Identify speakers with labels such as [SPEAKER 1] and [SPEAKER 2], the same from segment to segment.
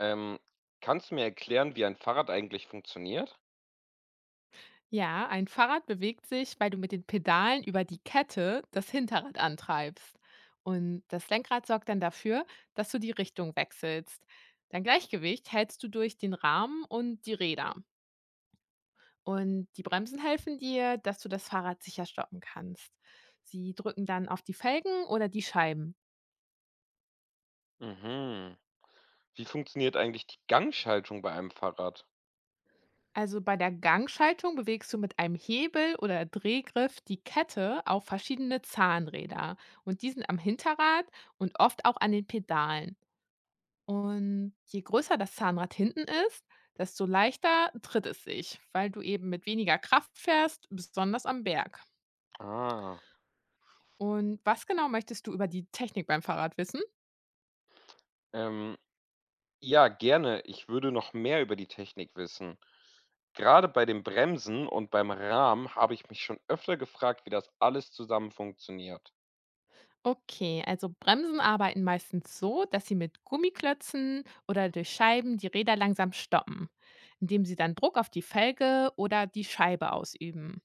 [SPEAKER 1] Ähm, Kannst du mir erklären, wie ein Fahrrad eigentlich funktioniert?
[SPEAKER 2] Ja, ein Fahrrad bewegt sich, weil du mit den Pedalen über die Kette das Hinterrad antreibst. Und das Lenkrad sorgt dann dafür, dass du die Richtung wechselst. Dein Gleichgewicht hältst du durch den Rahmen und die Räder. Und die Bremsen helfen dir, dass du das Fahrrad sicher stoppen kannst. Sie drücken dann auf die Felgen oder die Scheiben.
[SPEAKER 1] Mhm. Wie funktioniert eigentlich die Gangschaltung bei einem Fahrrad?
[SPEAKER 2] Also bei der Gangschaltung bewegst du mit einem Hebel oder Drehgriff die Kette auf verschiedene Zahnräder und die sind am Hinterrad und oft auch an den Pedalen. Und je größer das Zahnrad hinten ist, desto leichter tritt es sich, weil du eben mit weniger Kraft fährst, besonders am Berg.
[SPEAKER 1] Ah.
[SPEAKER 2] Und was genau möchtest du über die Technik beim Fahrrad wissen?
[SPEAKER 1] Ähm, ja, gerne. Ich würde noch mehr über die Technik wissen. Gerade bei den Bremsen und beim Rahmen habe ich mich schon öfter gefragt, wie das alles zusammen funktioniert.
[SPEAKER 2] Okay, also Bremsen arbeiten meistens so, dass sie mit Gummiklötzen oder durch Scheiben die Räder langsam stoppen, indem sie dann Druck auf die Felge oder die Scheibe ausüben.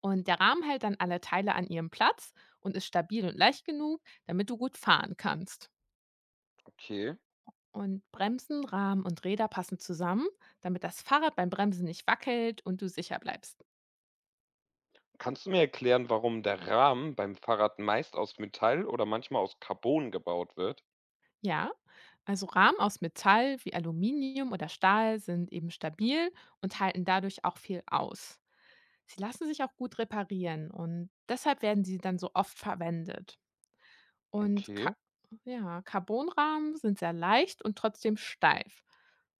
[SPEAKER 2] Und der Rahmen hält dann alle Teile an ihrem Platz und ist stabil und leicht genug, damit du gut fahren kannst.
[SPEAKER 1] Okay.
[SPEAKER 2] Und Bremsen, Rahmen und Räder passen zusammen, damit das Fahrrad beim Bremsen nicht wackelt und du sicher bleibst.
[SPEAKER 1] Kannst du mir erklären, warum der Rahmen beim Fahrrad meist aus Metall oder manchmal aus Carbon gebaut wird?
[SPEAKER 2] Ja, also Rahmen aus Metall wie Aluminium oder Stahl sind eben stabil und halten dadurch auch viel aus. Sie lassen sich auch gut reparieren und deshalb werden sie dann so oft verwendet. Und Ka
[SPEAKER 1] Okay.
[SPEAKER 2] Ja, Carbonrahmen sind sehr leicht und trotzdem steif.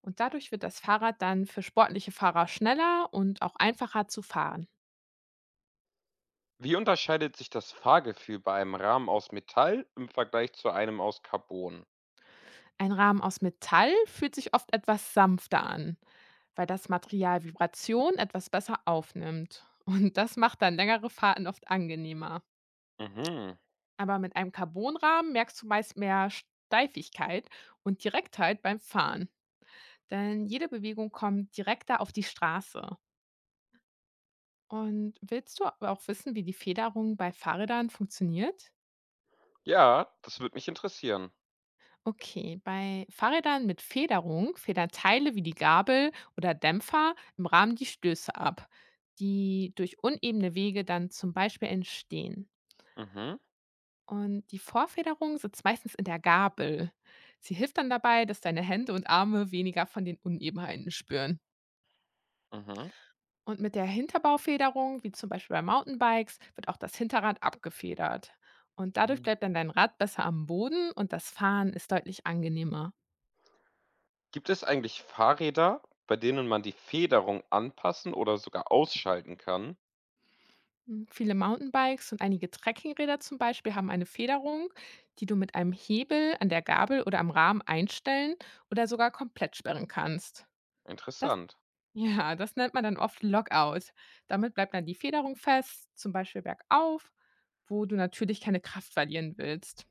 [SPEAKER 2] Und dadurch wird das Fahrrad dann für sportliche Fahrer schneller und auch einfacher zu fahren.
[SPEAKER 1] Wie unterscheidet sich das Fahrgefühl bei einem Rahmen aus Metall im Vergleich zu einem aus Carbon?
[SPEAKER 2] Ein Rahmen aus Metall fühlt sich oft etwas sanfter an, weil das Material Vibration etwas besser aufnimmt. Und das macht dann längere Fahrten oft angenehmer.
[SPEAKER 1] Mhm.
[SPEAKER 2] Aber mit einem Carbonrahmen merkst du meist mehr Steifigkeit und Direktheit beim Fahren. Denn jede Bewegung kommt direkter auf die Straße. Und willst du aber auch wissen, wie die Federung bei Fahrrädern funktioniert?
[SPEAKER 1] Ja, das würde mich interessieren.
[SPEAKER 2] Okay, bei Fahrrädern mit Federung federn Teile wie die Gabel oder Dämpfer im Rahmen die Stöße ab, die durch unebene Wege dann zum Beispiel entstehen.
[SPEAKER 1] Mhm,
[SPEAKER 2] Und die Vorfederung sitzt meistens in der Gabel. Sie hilft dann dabei, dass deine Hände und Arme weniger von den Unebenheiten spüren.
[SPEAKER 1] mhm,
[SPEAKER 2] Und mit der Hinterbaufederung, wie zum Beispiel bei Mountainbikes, wird auch das Hinterrad abgefedert. Und dadurch
[SPEAKER 1] mhm.
[SPEAKER 2] bleibt dann dein Rad besser am Boden und das Fahren ist deutlich angenehmer.
[SPEAKER 1] Gibt es eigentlich Fahrräder, bei denen man die Federung anpassen oder sogar ausschalten kann?
[SPEAKER 2] Mhm. Viele Mountainbikes und einige Trekkingräder zum Beispiel haben eine Federung, die du mit einem Hebel an der Gabel oder am Rahmen einstellen oder sogar komplett sperren kannst. Das,
[SPEAKER 1] Interessant.
[SPEAKER 2] ja, das nennt man dann oft Lockout. Damit bleibt dann die Federung fest, zum Beispiel bergauf, wo du natürlich keine Kraft verlieren willst.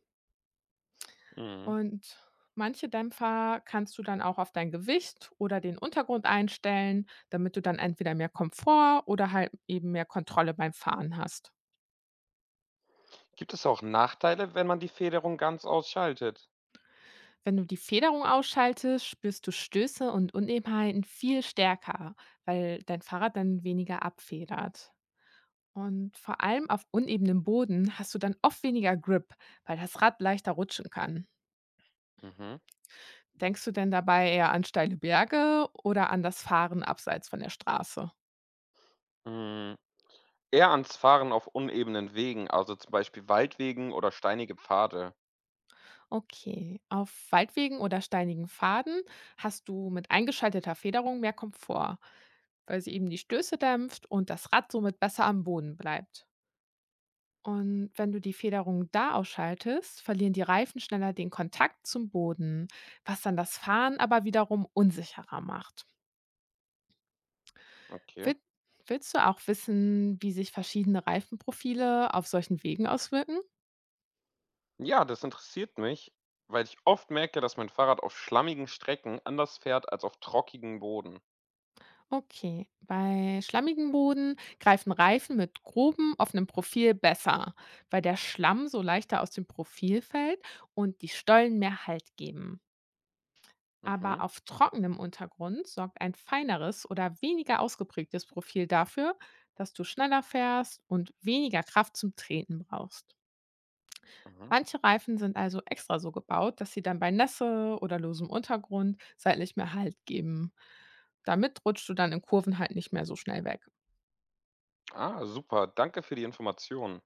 [SPEAKER 1] Mhm.
[SPEAKER 2] Und manche Dämpfer kannst du dann auch auf dein Gewicht oder den Untergrund einstellen, damit du dann entweder mehr Komfort oder halt eben mehr Kontrolle beim Fahren hast.
[SPEAKER 1] Gibt es auch Nachteile, wenn man die Federung ganz ausschaltet?
[SPEAKER 2] Wenn du die Federung ausschaltest, spürst du Stöße und Unebenheiten viel stärker, weil dein Fahrrad dann weniger abfedert. Und vor allem auf unebenem Boden hast du dann oft weniger Grip, weil das Rad leichter rutschen kann.
[SPEAKER 1] Mhm.
[SPEAKER 2] Denkst du denn dabei eher an steile Berge oder an das Fahren abseits von der Straße?
[SPEAKER 1] Mhm. Eher ans Fahren auf unebenen Wegen, also zum Beispiel Waldwegen oder steinige Pfade.
[SPEAKER 2] Okay, auf Waldwegen oder steinigen Pfaden hast du mit eingeschalteter Federung mehr Komfort, weil sie eben die Stöße dämpft und das Rad somit besser am Boden bleibt. Und wenn du die Federung da ausschaltest, verlieren die Reifen schneller den Kontakt zum Boden, was dann das Fahren aber wiederum unsicherer macht.
[SPEAKER 1] Okay.
[SPEAKER 2] Will- Willst du auch wissen, wie sich verschiedene Reifenprofile auf solchen Wegen auswirken?
[SPEAKER 1] Ja, das interessiert mich, weil ich oft merke, dass mein Fahrrad auf schlammigen Strecken anders fährt als auf trockigem Boden.
[SPEAKER 2] Okay, bei schlammigem Boden greifen Reifen mit grobem, offenem Profil besser, weil der Schlamm so leichter aus dem Profil fällt und die Stollen mehr Halt geben. Aber
[SPEAKER 1] Mhm,
[SPEAKER 2] auf trockenem Untergrund sorgt ein feineres oder weniger ausgeprägtes Profil dafür, dass du schneller fährst und weniger Kraft zum Treten brauchst.
[SPEAKER 1] mhm.
[SPEAKER 2] Manche Reifen sind also extra so gebaut, dass sie dann bei Nässe oder losem Untergrund seitlich mehr Halt geben. Damit rutschst du dann in Kurven halt nicht mehr so schnell weg.
[SPEAKER 1] Ah, super. Danke für die Informationen.